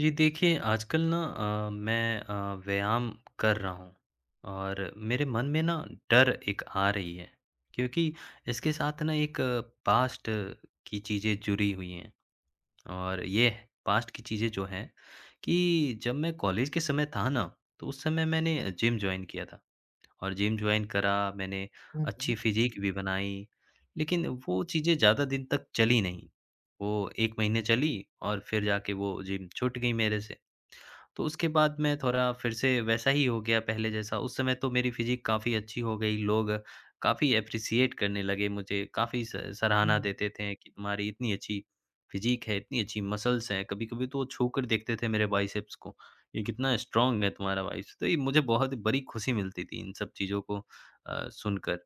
जी देखिए, आजकल ना मैं व्यायाम कर रहा हूँ और मेरे मन में ना डर एक आ रही है क्योंकि इसके साथ ना एक पास्ट की चीज़ें जुड़ी हुई हैं और ये पास्ट की चीज़ें जो हैं कि जब मैं कॉलेज के समय था ना, तो उस समय मैंने जिम जॉइन किया था और जिम जॉइन करा, मैंने हुँ, हुँ। अच्छी फिज़ीक भी बनाई, लेकिन वो चीज़ें ज़्यादा दिन तक चली नहीं। वो 1 महीने चली और फिर जाके वो जिम छूट गई मेरे से। तो उसके बाद मैं थोड़ा फिर से वैसा ही हो गया पहले जैसा, उस समय तो मेरी फ़िज़ीक काफ़ी अच्छी हो गई, लोग काफ़ी एप्रिशिएट करने लगे मुझे, काफ़ी स हुँ। सराहना देते थे कि तुम्हारी इतनी अच्छी फ़िज़ीक है, इतनी अच्छी मसल्स हैं, कभी-कभी तो वो छूकर देखते थे मेरे बाइसेप्स को, ये कितना स्ट्रॉन्ग है तुम्हारा बाइसेप्स, तो ये मुझे बहुत बड़ी खुशी मिलती थी इन सब चीज़ों को सुनकर।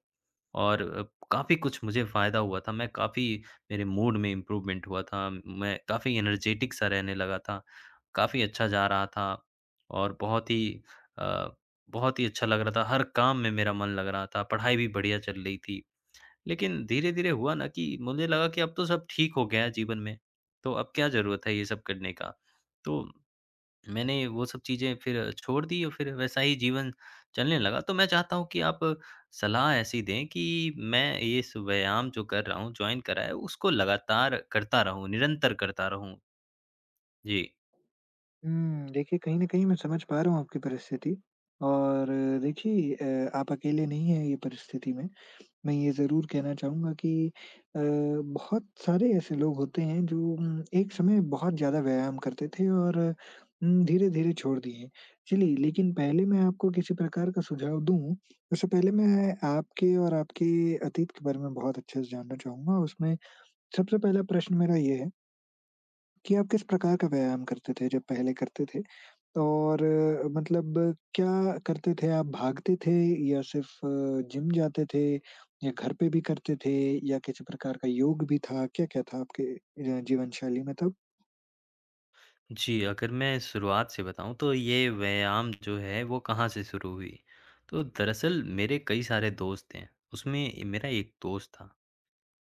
और काफ़ी कुछ मुझे फ़ायदा हुआ था, मैं काफ़ी मेरे मूड में इम्प्रूवमेंट हुआ था, मैं काफ़ी एनर्जेटिक सा रहने लगा था, काफ़ी अच्छा जा रहा था और अ, बहुत ही अच्छा लग रहा था, हर काम में मेरा मन लग रहा था, पढ़ाई भी बढ़िया चल रही थी। लेकिन धीरे-धीरे हुआ ना कि मुझे लगा कि अब तो सब ठीक हो गया है जीवन में, तो अब क्या ज़रूरत है ये सब करने का? तो मैंने वो सब चीज़ें फिर छोड़ दी और फिर वैसा ही जीवन चलने लगा। तो मैं चाहता हूँ कि आप सलाह ऐसी दें कि मैं ये इस व्यायाम जो कर रहा हूँ, जॉइन करा है, उसको लगातार करता रहूँ, निरंतर करता रहूँ। जी। देखिए कहीं न कहीं मैं समझ पा रहा हूँ आपकी परिस्थिति और देखिए आप अकेले नहीं हैं ये परिस्थिति में। मैं ये ज़रूर कहना चाहूँगा कि बहुत सारे ऐसे लोग होते हैं जो एक समय बहुत ज़्यादा व्यायाम करते थे और धीरे-धीरे छोड़ दिए। चलिए लेकिन पहले मैं आपको किसी प्रकार का सुझाव दूँ, उससे पहले मैं आपके और आपके अतीत के बारे में बहुत अच्छे से जानना चाहूँगा। उसमें सबसे पहला प्रश्न मेरा ये है कि आप किस प्रकार का व्यायाम करते थे जब पहले करते थे? और मतलब क्या करते थे आप भागते थे या सिर्फ़ जिम जाते थे या घर पे भी करते थे या किसी प्रकार का योग भी था? क्या-क्या था आपके जीवन शैली में तब? जी, अगर मैं शुरुआत से बताऊँ तो ये व्यायाम जो है वो कहाँ से शुरू हुई? तो दरअसल मेरे कई सारे दोस्त हैं, उसमें मेरा एक दोस्त था।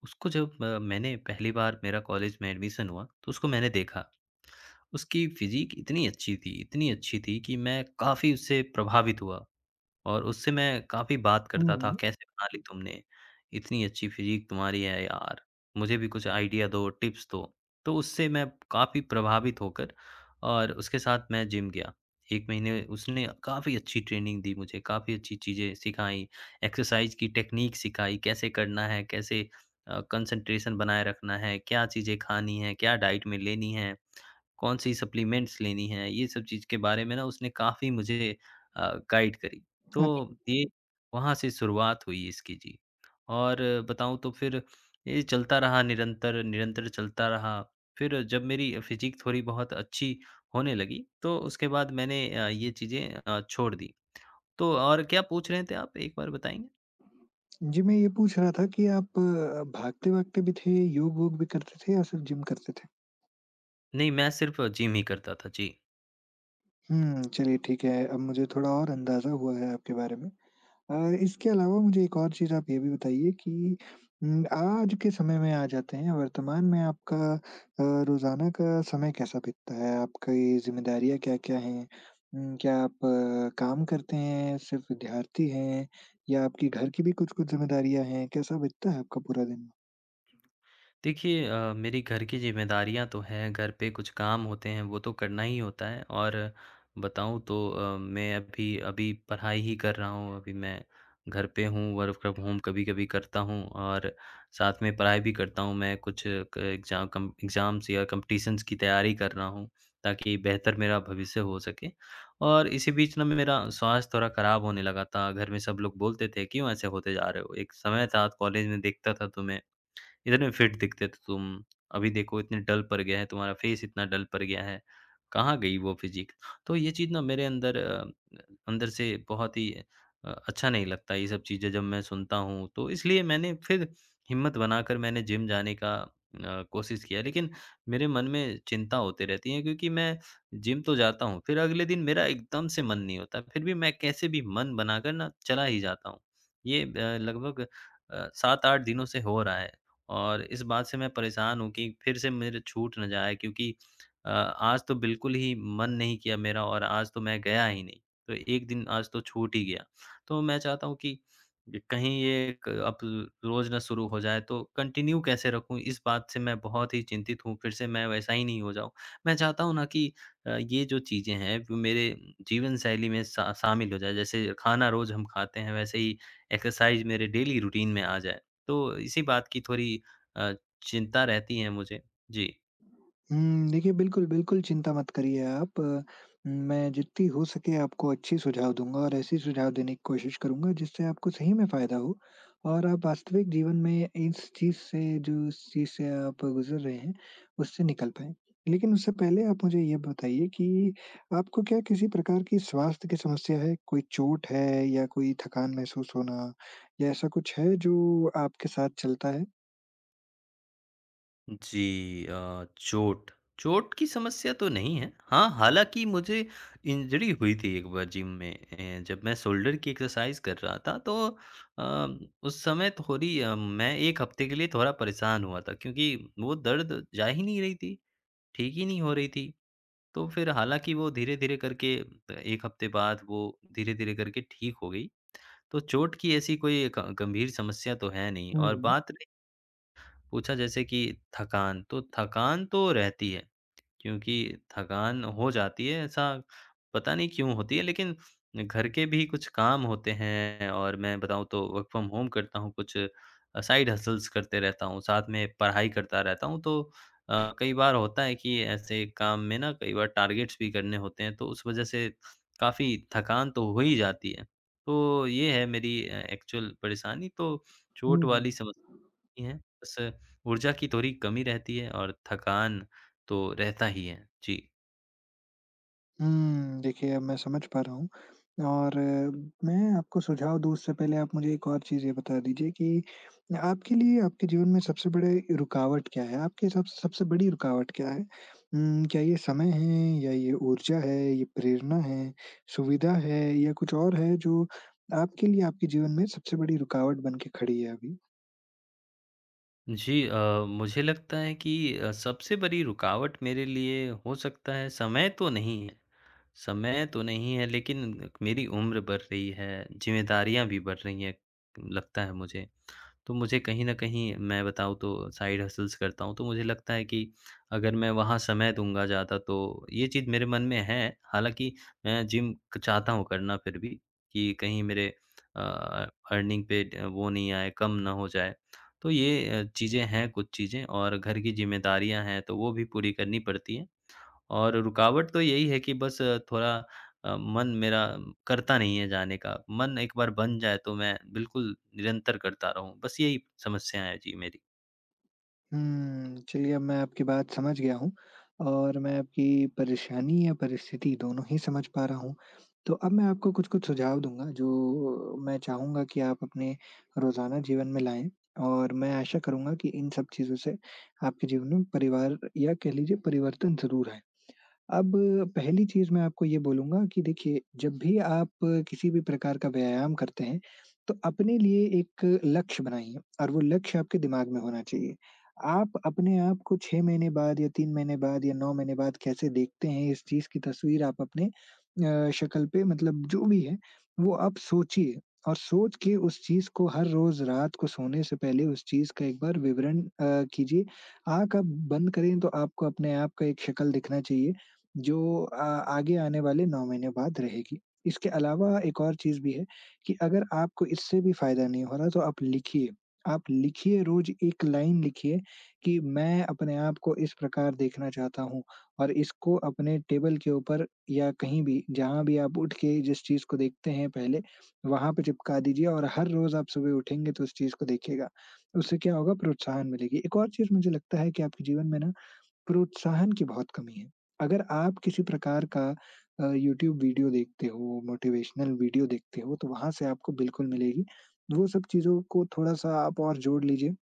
उसको जब मैंने पहली बार मेरा कॉलेज में एडमिशन हुआ, तो उसको मैंने देखा। उसकी फ़िज़ीक इतनी अच्छी थी कि मैं काफ़ी उससे प्रभावित हुआ और उससे मैं काफ़ी बात हुँ, करता था, हुँ। "कैसे बना ली तुमने? इतनी अच्छी फ़िज़ीक तुम्हारी है यार, मुझे भी कुछ आइडिया दो, टिप्स दो।" तो उससे मैं काफ़ी प्रभावित होकर और उसके साथ मैं जिम गया। 1 महीने उसने काफ़ी अच्छी ट्रेनिंग दी मुझे, काफ़ी अच्छी चीज़ें सिखाई, एक्सरसाइज़ की टेक्नीक सिखाई, कैसे करना है, कैसे कंसंट्रेशन बनाए रखना है, क्या चीज़ें खानी है, क्या डाइट में लेनी है। कौन-सी सप्लीमेंट्स लेनी है, ये सब चीज़ के बारे में ना उसने काफ़ी मुझे गाइड करी। तो अच्छा। ये वहाँ से शुरुआत हुई इसकी जी। और बताऊँ तो फिर ये चलता रहा निरंतर, निरंतर चलता रहा। फिर जब मेरी फ़िज़ीक थोड़ी बहुत अच्छी होने लगी, तो उसके बाद मैंने ये चीज़ें छोड़ दी। तो और क्या पूछ रहे थे आप एक बार बताएँगे? जी, मैं ये पूछ रहा था कि आप भागते-वागते भी थे, योग-वोग भी करते थे या सिर्फ़ जिम करते थे? नहीं, मैं सिर्फ़ जिम ही करता था। जी। चलिए ठीक है, अब मुझे थोड़ा और अंदाज़ा हुआ है आपके बारे में। इसके अलावा मुझे एक और चीज़ आप ये भी बताइए कि आज के समय में आ जाते हैं, वर्तमान में आपका रोज़ाना का समय कैसा बीतता है? आपकी ज़िम्मेदारियाँ क्या-क्या हैं? क्या आप काम करते हैं, सिर्फ़ विद्यार्थी हैं या आपके घर की भी कुछ-कुछ ज़िम्मेदारियाँ हैं? कैसा बीतता है आपका पूरा दिन? देखिए मेरी घर की ज़िम्मेदारियाँ तो हैं, घर पे कुछ काम होते हैं, वो तो करना ही होता है और बताऊँ तो मैं अभी अभी पढ़ाई ही कर रहा हूँ, अभी मैं घर पे हूँ, वर्क फ्रॉम होम कभी-कभी करता हूँ और साथ में पढ़ाई भी करता हूँ। मैं कुछ क एग्ज़ाम कम एग्ज़ाम्स या कॉम्पिटिशन्स की तैयारी कर रहा हूँ, ताकि बेहतर मेरा भविष्य हो सके और इसी बीच ना मेरा स्वास्थ्य थोड़ा खराब होने लगा था, घर में सब लोग बोलते थे, "क्यों ऐसे होते जा रहे हो?" एक समय था कॉलेज में देखता था तो मैं इतने फिट दिखते थे तुम, अभी देखो इतने डल पड़ गया है, तुम्हारा फेस इतना डल पड़ गया है, कहाँ गई वो फिज़िक? तो ये चीज़ ना मेरे अंदर से बहुत ही अच्छा नहीं लगता ये सब चीज़ें जब मैं सुनता हूँ, तो इसलिए मैंने फिर हिम्मत बनाकर मैंने जिम जाने का कोशिश किया। लेकिन मेरे मन में चिंता होती रहती है क्योंकि मैं जिम तो जाता हूँ, फिर अगले दिन मेरा एकदम से मन नहीं होता, फिर भी मैं कैसे भी मन बनाकर ना चला ही जाता हूँ। ये लगभग 7-8 दिनों से हो रहा है। और इस बात से मैं परेशान हूँ कि फिर से मेरे छूट ना जाए क्योंकि आज तो बिल्कुल ही मन नहीं किया मेरा और आज तो मैं गया ही नहीं। तो एक दिन आज तो छूट ही गया। तो मैं चाहता हूँ कि कहीं ये क अब रोज़ ना शुरू हो जाए तो कंटिन्यू कैसे रखूँ इस बात से मैं बहुत ही चिंतित हूँ, फिर से मैं वैसा ही नहीं हो जाऊँ। मैं चाहता हूँ ना कि ये जो चीज़ें हैं वो मेरे जीवनशैली में शा शामिल हो जाए। जैसे खाना रोज़ हम खाते हैं वैसे ही एक्सरसाइज़ मेरे डेली रूटीन में आ जाए। तो इसी बात की थोड़ी अ, चिंता रहती है मुझे। जी। देखिए बिल्कुल, बिल्कुल चिंता मत करिए आप। मैं जितनी हो सके आपको अच्छी सुझाव दूँगा और ऐसी सुझाव देने की कोशिश करूँगा जिससे आपको सही में फ़ायदा हो और आप वास्तविक जीवन में इस चीज़ से जो इस चीज़ से आप गुज़र रहे हैं, उससे निकल पाएँ। लेकिन उससे पहले आप मुझे ये बताइए कि आपको क्या किसी प्रकार की स्वास्थ्य की समस्या है? कोई चोट है या कोई थकान महसूस होना या ऐसा कुछ है जो आपके साथ चलता है? जी चोट की समस्या तो नहीं है। हाँ, हालाँकि मुझे इंजरी हुई थी एक बार जिम में जब मैं शोल्डर की एक्सरसाइज़ कर रहा था तो अ, उस समय थोड़ी मैं 1 हफ़्ते के लिए थोड़ा परेशान हुआ था क्योंकि वो दर्द जा ही नहीं रही थी, ठीक ही नहीं हो रही थी। तो फिर हालाँकि वो धीरे-धीरे करके 1 हफ़्ते बाद वो धीरे-धीरे करके ठीक हो गई। तो चोट की ऐसी कोई ग गंभीर समस्या तो है नहीं और हुँ, बात पूछा जैसे कि थकान तो रहती है, क्योंकि थकान हो जाती है ऐसा पता नहीं क्यों होती है लेकिन घर के भी कुछ काम होते हैं और मैं बताऊँ तो वर्क फ्रॉम होम करता हूँ, कुछ साइड हसल्स करते रहता हूँ, साथ में पढ़ाई करता रहता हूँ तो कई बार होता है कि ऐसे काम में ना कई बार टारगेट्स भी करने होते हैं तो उस वजह से काफ़ी थकान तो हो ही जाती है। तो ये है मेरी एक्चुअल परेशानी तो चोट हुँ, वाली समस्या हुँ। ही हैं, बस ऊर्जा की थोड़ी कमी रहती है और थकान तो रहता ही है। जी। देखिए अब मैं समझ पा रहा हूँ और मैं आपको सुझाव दूँ उससे पहले आप मुझे एक और चीज़ ये बता दीजिए कि आपके लिए आपके जीवन में सबसे बड़े रुकावट क्या है? आपके हिसाब से सबसे बड़ी रुकावट क्या है? क्या ये समय है या ये ऊर्जा है, ये प्रेरणा है, सुविधा है या कुछ और है जो आपके लिए आपके जीवन में सबसे बड़ी रुकावट बन के खड़ी है अभी? जी मुझे लगता है कि सबसे बड़ी रुकावट मेरे लिए हो सकता है समय तो नहीं है लेकिन मेरी उम्र बढ़ रही है, ज़िम्मेदारियाँ भी बढ़ रही हैं, लगता है मुझे। तो मुझे कहीं न कहीं मैं बताऊँ तो साइड हसल्स करता हूँ, तो मुझे लगता है कि अगर मैं वहाँ समय दूँगा ज़्यादा तो ये चीज़ मेरे मन में है। हालाँकि मैं जिम क चाहता हूँ करना फिर भी कि कहीं मेरे अ, अर्निंग पे ड वो नहीं आए, कम ना हो जाए। तो ये चीज़ें हैं कुछ चीज़ें और घर की ज़िम्मेदारियाँ हैं, तो वो भी पूरी करनी पड़ती हैं। और रुकावट तो यही है कि बस थोड़ा मन मेरा करता नहीं है जाने का। मन एक बार बन जाए तो मैं बिल्कुल निरंतर करता रहूँ, बस यही समस्या है जी मेरी। चलिए अब मैं आपकी बात समझ गया हूँ और मैं आपकी परेशानी या परिस्थिति दोनों ही समझ पा रहा हूँ। तो अब मैं आपको कुछ-कुछ सुझाव दूँगा जो मैं चाहूँगा कि आप अपने रोज़ाना जीवन में लाएँ और मैं आशा करूँगा कि इन सब चीज़ों से आपके जीवन में परिवार या कह लीजिए परिवर्तन ज़रूर आए। अब पहली चीज़ मैं आपको ये बोलूँगा कि देखिए, जब भी आप किसी भी प्रकार का व्यायाम करते हैं, तो अपने लिए एक लक्ष्य बनाइए और वो लक्ष्य आपके दिमाग में होना चाहिए। आप अपने आप को 6 महीने बाद या 3 महीने बाद या 9 महीने बाद कैसे देखते हैं, इस चीज़ की तस्वीर आप अपने शकल पे मतलब जो भी है, वो आप सोचिए और सोच के उस चीज़ को हर रोज़ रात को सोने से पहले उस चीज़ का एक बार विवरण कीजिए। आँख आप बंद करें, तो आपको अपने आप का एक शकल दिखना चाहिए। जो आगे आने वाले 9 महीने बाद रहेगी। इसके अलावा एक और चीज़ भी है कि अगर आपको इससे भी फ़ायदा नहीं हो रहा तो आप लिखिए। आप लिखिए रोज़ एक लाइन लिखिए कि मैं अपने आप को इस प्रकार देखना चाहता हूँ और इसको अपने टेबल के ऊपर या कहीं भी जहाँ भी आप उठ के जिस चीज़ को देखते हैं पहले, वहाँ पे चिपका दीजिए और हर रोज़ आप सुबह उठेंगे तो उस चीज़ को देखिएगा। उससे क्या होगा प्रोत्साहन मिलेगी। एक और चीज़ मुझे लगता है कि आपके जीवन में ना प्रोत्साहन की बहुत कमी है। अगर आप किसी प्रकार का यूट्यूब वीडियो देखते हो, मोटिवेशनल वीडियो देखते हो, तो वहाँ से आपको बिल्कुल मिलेगी। वो सब चीज़ों को थोड़ा-सा आप और जोड़ लीजिए।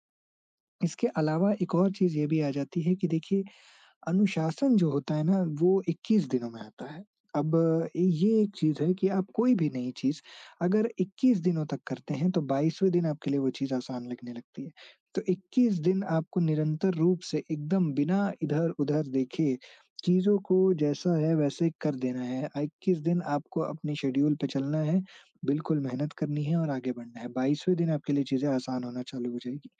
इसके अलावा एक और चीज़ ये भी आ जाती है कि देखिए अनुशासन जो होता है ना वो 21 दिनों में आता है। अब ये एक चीज़ है कि आप कोई भी नई चीज़ अगर 21 दिनों तक करते हैं तो 22वें दिन आपके लिए वो चीज़ आसान लगने लगती है। तो 21 दिन आपको निरंतर रूप से एकदम बिना इधर-उधर देखे चीज़ों को जैसा है वैसे कर देना है। 21 दिन आपको अपने शेड्यूल पे चलना है, बिल्कुल मेहनत करनी है और आगे बढ़ना है। 22वें दिन आपके लिए चीज़ें आसान होना चालू हो जाएगी।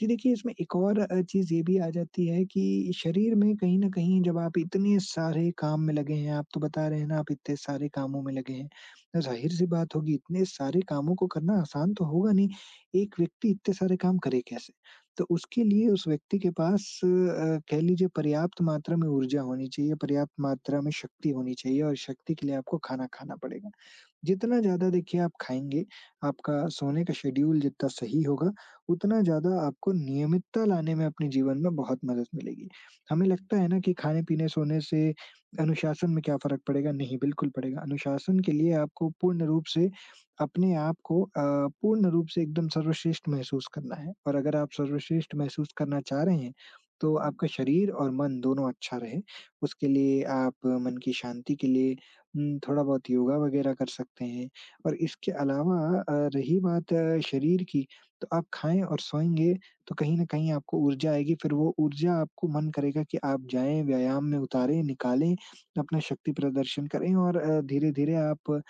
जी देखिए, इसमें एक और चीज़ ये भी आ जाती है कि शरीर में कहीं न कहीं जब आप इतने सारे काम में लगे हैं, आप तो बता रहे हैं ना आप इतने सारे कामों में लगे हैं। तो ज़ाहिर-सी बात होगी इतने सारे कामों को करना आसान तो होगा नहीं, एक व्यक्ति इतने सारे काम करे कैसे? तो उसके लिए उस व्यक्ति के पास कह लीजिए पर्याप्त मात्रा में ऊर्जा होनी चाहिए, पर्याप्त मात्रा में शक्ति होनी चाहिए और शक्ति के लिए आपको खाना खाना पड़ेगा। जितना ज़्यादा देखिए आप खाएँगे, आपका सोने का शेड्यूल जितना सही होगा, उतना ज़्यादा आपको नियमितता लाने में अपने जीवन में बहुत मदद मिलेगी। हमें लगता है ना कि खाने-पीने, सोने से अनुशासन में क्या फ़र्क पड़ेगा? नहीं, बिल्कुल पड़ेगा। अनुशासन के लिए आपको पूर्ण रूप से अपने आप को पूर्ण रूप से एकदम सर्वश्रेष्ठ महसूस करना है और अगर आप सर्वश्रेष्ठ महसूस करना चाह रहे हैं, तो आपका शरीर और मन दोनों अच्छा रहे, उसके लिए आप मन की शांति के लिए थोड़ा बहुत योगा वगैरह कर सकते हैं और इसके अलावा रही बात शरीर की तो आप खाएँ और सोएँगे तो कहीं न कहीं आपको ऊर्जा आएगी, फिर वो ऊर्जा आपको मन करेगा कि आप जाएँ, व्यायाम में उतारें, निकालें, अपना शक्ति प्रदर्शन करें और धीरे-धीरे आप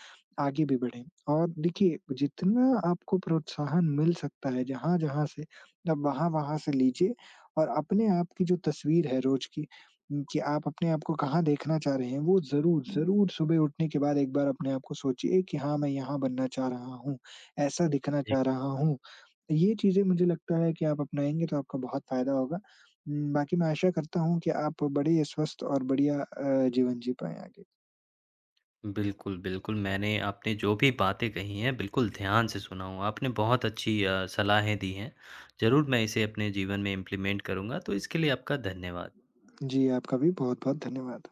आगे भी बढ़ें। और देखिए, जितना आपको प्रोत्साहन मिल सकता है जहाँ-जहाँ से, आप वहाँ-वहाँ से लीजिए और अपने आप की जो तस्वीर है रोज़ की कि आप अपने आप को कहाँ देखना चाह रहे हैं, वो ज़रूर, ज़रूर सुबह उठने के बाद एक बार अपने आप को सोचिए कि हाँ, मैं यहाँ बनना चाह रहा हूँ, ऐसा दिखना जी। चाह रहा हूँ। ये चीज़ें मुझे लगता है कि आप अपनाएँगे तो आपका बहुत फ़ायदा होगा। बाकी मैं आशा करता हूँ कि आप बड़े स्वस्थ और बढ़िया जीवन जी पाएँ आगे। बिल्कुल, बिल्कुल मैंने आपने जो भी बातें कही हैं बिल्कुल ध्यान से सुना हूँ। आपने बहुत अच्छी सलाहें दी हैं। ज़रूर मैं इसे अपने जीवन में इम्प्लीमेंट करूँगा, तो इसके लिए आपका धन्यवाद। जी, आपका भी बहुत-बहुत धन्यवाद।